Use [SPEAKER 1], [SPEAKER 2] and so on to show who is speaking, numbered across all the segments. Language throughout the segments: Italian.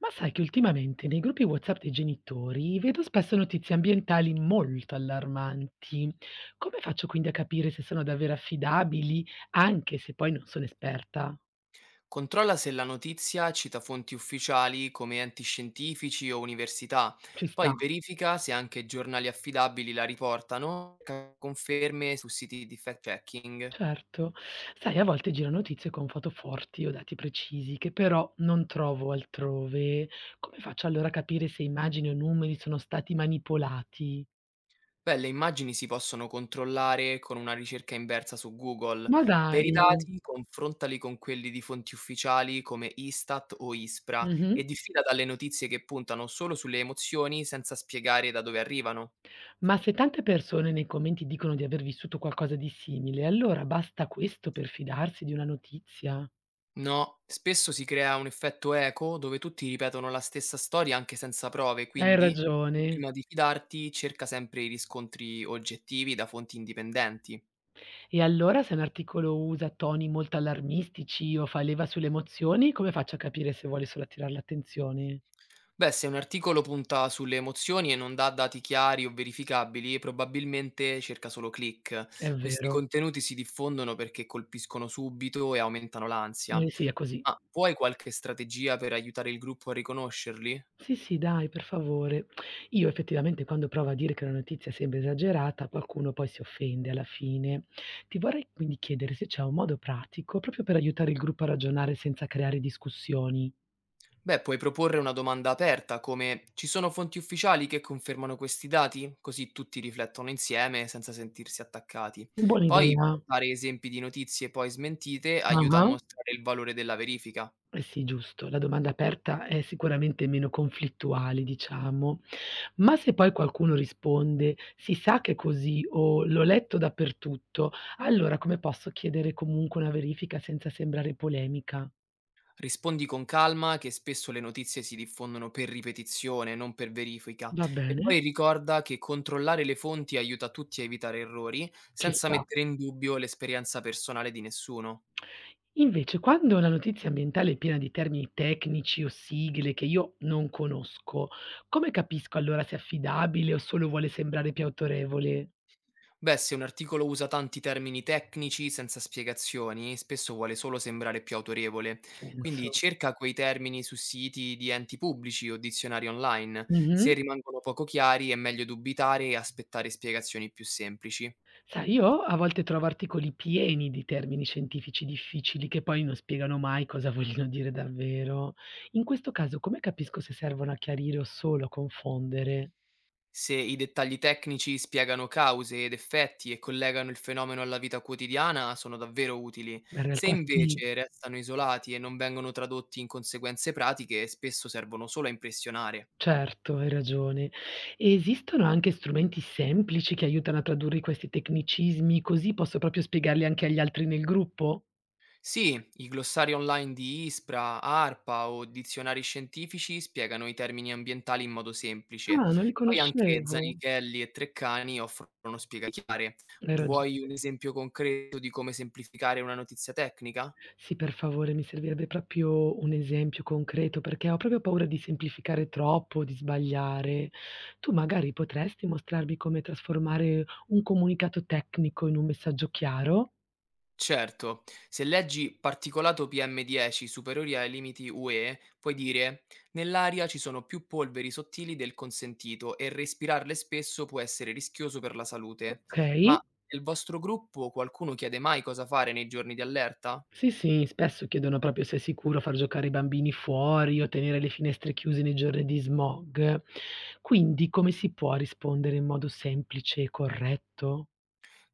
[SPEAKER 1] Ma sai che ultimamente nei gruppi WhatsApp dei genitori vedo spesso notizie ambientali molto allarmanti. Come faccio quindi a capire se sono davvero affidabili, anche se poi non sono esperta?
[SPEAKER 2] Controlla se la notizia cita fonti ufficiali come enti scientifici o università,
[SPEAKER 1] Ci sta,
[SPEAKER 2] poi verifica se anche giornali affidabili la riportano, cerca conferme su siti di fact-checking.
[SPEAKER 1] certo. Sai, a volte giro notizie con foto forti o dati precisi che però non trovo altrove. Come faccio allora a capire se immagini o numeri sono stati manipolati?
[SPEAKER 2] Beh, le immagini si possono controllare con una ricerca inversa su Google.
[SPEAKER 1] Ma
[SPEAKER 2] Per i
[SPEAKER 1] dai.
[SPEAKER 2] dati, confrontali con quelli di fonti ufficiali come Istat o ISPRA
[SPEAKER 1] Mhm.
[SPEAKER 2] e diffida dalle notizie che puntano solo sulle emozioni senza spiegare da dove arrivano.
[SPEAKER 1] Ma se tante persone nei commenti dicono di aver vissuto qualcosa di simile, allora basta questo per fidarsi di una notizia?
[SPEAKER 2] No, spesso si crea un effetto eco dove tutti ripetono la stessa storia anche senza prove,
[SPEAKER 1] Hai
[SPEAKER 2] quindi
[SPEAKER 1] ragione.
[SPEAKER 2] prima di fidarti cerca sempre i riscontri oggettivi da fonti indipendenti.
[SPEAKER 1] E allora se un articolo usa toni molto allarmistici o fa leva sulle emozioni, come faccio a capire se vuole solo attirare l'attenzione?
[SPEAKER 2] Beh, se un articolo punta sulle emozioni e non dà dati chiari o verificabili, probabilmente cerca solo click.
[SPEAKER 1] È
[SPEAKER 2] Questi
[SPEAKER 1] vero.
[SPEAKER 2] contenuti si diffondono perché colpiscono subito e aumentano l'ansia.
[SPEAKER 1] Eh sì, è così.
[SPEAKER 2] Ma vuoi qualche strategia per aiutare il gruppo a riconoscerli?
[SPEAKER 1] Sì, sì, dai, per favore. Io effettivamente quando provo a dire che una notizia sembra esagerata, qualcuno poi si offende alla fine. Ti vorrei quindi chiedere se c'è un modo pratico proprio per aiutare il gruppo a ragionare senza creare discussioni.
[SPEAKER 2] Beh, puoi proporre una domanda aperta come ci sono fonti ufficiali che confermano questi dati? Così tutti riflettono insieme senza sentirsi attaccati.
[SPEAKER 1] Buona
[SPEAKER 2] Poi
[SPEAKER 1] idea.
[SPEAKER 2] portare esempi di notizie poi smentite aiuta a
[SPEAKER 1] Ah-ah.
[SPEAKER 2] mostrare il valore della verifica.
[SPEAKER 1] Eh sì, giusto, la domanda aperta è sicuramente meno conflittuale, diciamo. Ma se poi qualcuno risponde: "Si sa che è così" o "L'ho letto dappertutto", allora come posso chiedere comunque una verifica senza sembrare polemica?
[SPEAKER 2] Rispondi con calma che spesso le notizie si diffondono per ripetizione, non per verifica.
[SPEAKER 1] Va
[SPEAKER 2] E
[SPEAKER 1] bene,
[SPEAKER 2] poi ricorda che controllare le fonti aiuta tutti a evitare errori
[SPEAKER 1] ci
[SPEAKER 2] senza
[SPEAKER 1] sta.
[SPEAKER 2] mettere in dubbio l'esperienza personale di nessuno.
[SPEAKER 1] Invece quando la notizia ambientale è piena di termini tecnici o sigle che io non conosco, come capisco allora se è affidabile o solo vuole sembrare più autorevole?
[SPEAKER 2] Beh, se un articolo usa tanti termini tecnici senza spiegazioni, spesso vuole solo sembrare più autorevole. Quindi
[SPEAKER 1] Senso.
[SPEAKER 2] cerca quei termini su siti di enti pubblici o dizionari online.
[SPEAKER 1] Mh-mh.
[SPEAKER 2] Se rimangono poco chiari, è meglio dubitare e aspettare spiegazioni più semplici.
[SPEAKER 1] Sai, io a volte trovo articoli pieni di termini scientifici difficili che poi non spiegano mai cosa vogliono dire davvero. In questo caso come capisco se servono a chiarire o solo a confondere?
[SPEAKER 2] Se i dettagli tecnici spiegano cause ed effetti e collegano il fenomeno alla vita quotidiana, sono davvero utili.
[SPEAKER 1] Ma in
[SPEAKER 2] Se
[SPEAKER 1] realtà sì.
[SPEAKER 2] invece restano isolati e non vengono tradotti in conseguenze pratiche, spesso servono solo a impressionare.
[SPEAKER 1] Certo, hai ragione. Esistono anche strumenti semplici che aiutano a tradurre questi tecnicismi, così posso proprio spiegarli anche agli altri nel gruppo?
[SPEAKER 2] Sì, i glossari online di ISPRA, ARPA o dizionari scientifici spiegano i termini ambientali in modo semplice.
[SPEAKER 1] Ah, non li
[SPEAKER 2] Poi anche
[SPEAKER 1] conoscevo.
[SPEAKER 2] Zanichelli e Treccani offrono spiegazioni chiare.
[SPEAKER 1] Hai
[SPEAKER 2] Vuoi
[SPEAKER 1] ragione.
[SPEAKER 2] un esempio concreto di come semplificare una notizia tecnica?
[SPEAKER 1] Sì, per favore, mi servirebbe proprio un esempio concreto, perché ho proprio paura di semplificare troppo, di sbagliare. Tu magari potresti mostrarmi come trasformare un comunicato tecnico in un messaggio chiaro?
[SPEAKER 2] Certo, se leggi particolato PM10 superiori ai limiti UE, puoi dire nell'aria ci sono più polveri sottili del consentito e respirarle spesso può essere rischioso per la salute.
[SPEAKER 1] Ok.
[SPEAKER 2] Ma nel vostro gruppo qualcuno chiede mai cosa fare nei giorni di allerta?
[SPEAKER 1] Sì, sì, spesso chiedono proprio se è sicuro far giocare i bambini fuori o tenere le finestre chiuse nei giorni di smog. Quindi come si può rispondere in modo semplice e corretto?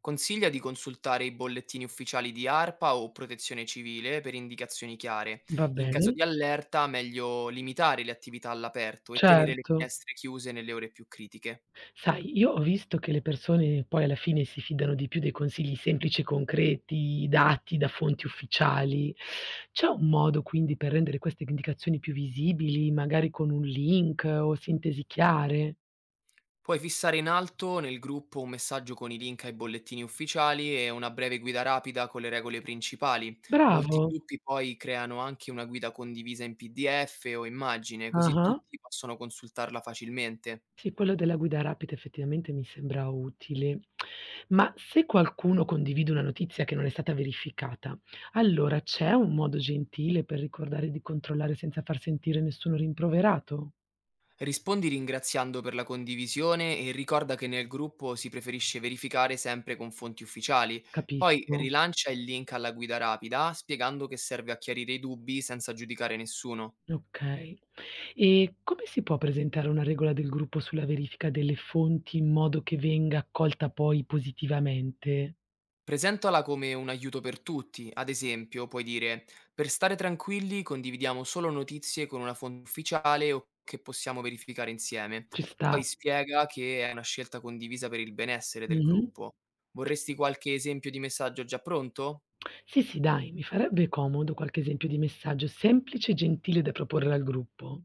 [SPEAKER 2] Consiglia di consultare i bollettini ufficiali di ARPA o Protezione Civile per indicazioni chiare.
[SPEAKER 1] Va
[SPEAKER 2] In caso
[SPEAKER 1] bene?
[SPEAKER 2] di allerta, meglio limitare le attività all'aperto e tenere le
[SPEAKER 1] Certo.
[SPEAKER 2] finestre chiuse nelle ore più critiche.
[SPEAKER 1] Sai, io ho visto che le persone poi alla fine si fidano di più dei consigli semplici e concreti, dati da fonti ufficiali. C'è un modo quindi per rendere queste indicazioni più visibili, magari con un link o sintesi chiare?
[SPEAKER 2] Puoi fissare in alto nel gruppo un messaggio con i link ai bollettini ufficiali e una breve guida rapida con le regole principali. Molti
[SPEAKER 1] Bravo.
[SPEAKER 2] gruppi poi creano anche una guida condivisa in PDF o immagine, così
[SPEAKER 1] Ah-ah.
[SPEAKER 2] tutti possono consultarla facilmente.
[SPEAKER 1] Sì, quello della guida rapida effettivamente mi sembra utile, ma se qualcuno condivide una notizia che non è stata verificata, allora c'è un modo gentile per ricordare di controllare senza far sentire nessuno rimproverato?
[SPEAKER 2] Rispondi ringraziando per la condivisione e ricorda che nel gruppo si preferisce verificare sempre con fonti ufficiali. Poi
[SPEAKER 1] Capisco.
[SPEAKER 2] rilancia il link alla guida rapida spiegando che serve a chiarire i dubbi senza giudicare nessuno.
[SPEAKER 1] Okay. E come si può presentare una regola del gruppo sulla verifica delle fonti in modo che venga accolta poi positivamente?
[SPEAKER 2] Presentala come un aiuto per tutti, ad esempio puoi dire per stare tranquilli condividiamo solo notizie con una fonte ufficiale o che possiamo verificare insieme.
[SPEAKER 1] Ci sta.
[SPEAKER 2] Poi spiega che è una scelta condivisa per il benessere del
[SPEAKER 1] Mh-mh.
[SPEAKER 2] gruppo. Vorresti qualche esempio di messaggio già pronto?
[SPEAKER 1] Sì, sì, dai, mi farebbe comodo qualche esempio di messaggio semplice e gentile da proporre al gruppo.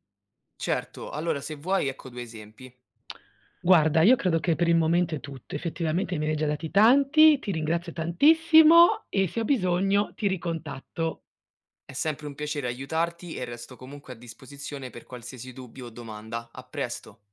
[SPEAKER 2] Certo, allora se vuoi ecco 2 esempi.
[SPEAKER 1] Guarda, io credo che per il momento è tutto. Effettivamente me ne hai già dati tanti, ti ringrazio tantissimo e se ho bisogno ti ricontatto.
[SPEAKER 2] È sempre un piacere aiutarti e resto comunque a disposizione per qualsiasi dubbio o domanda. A presto!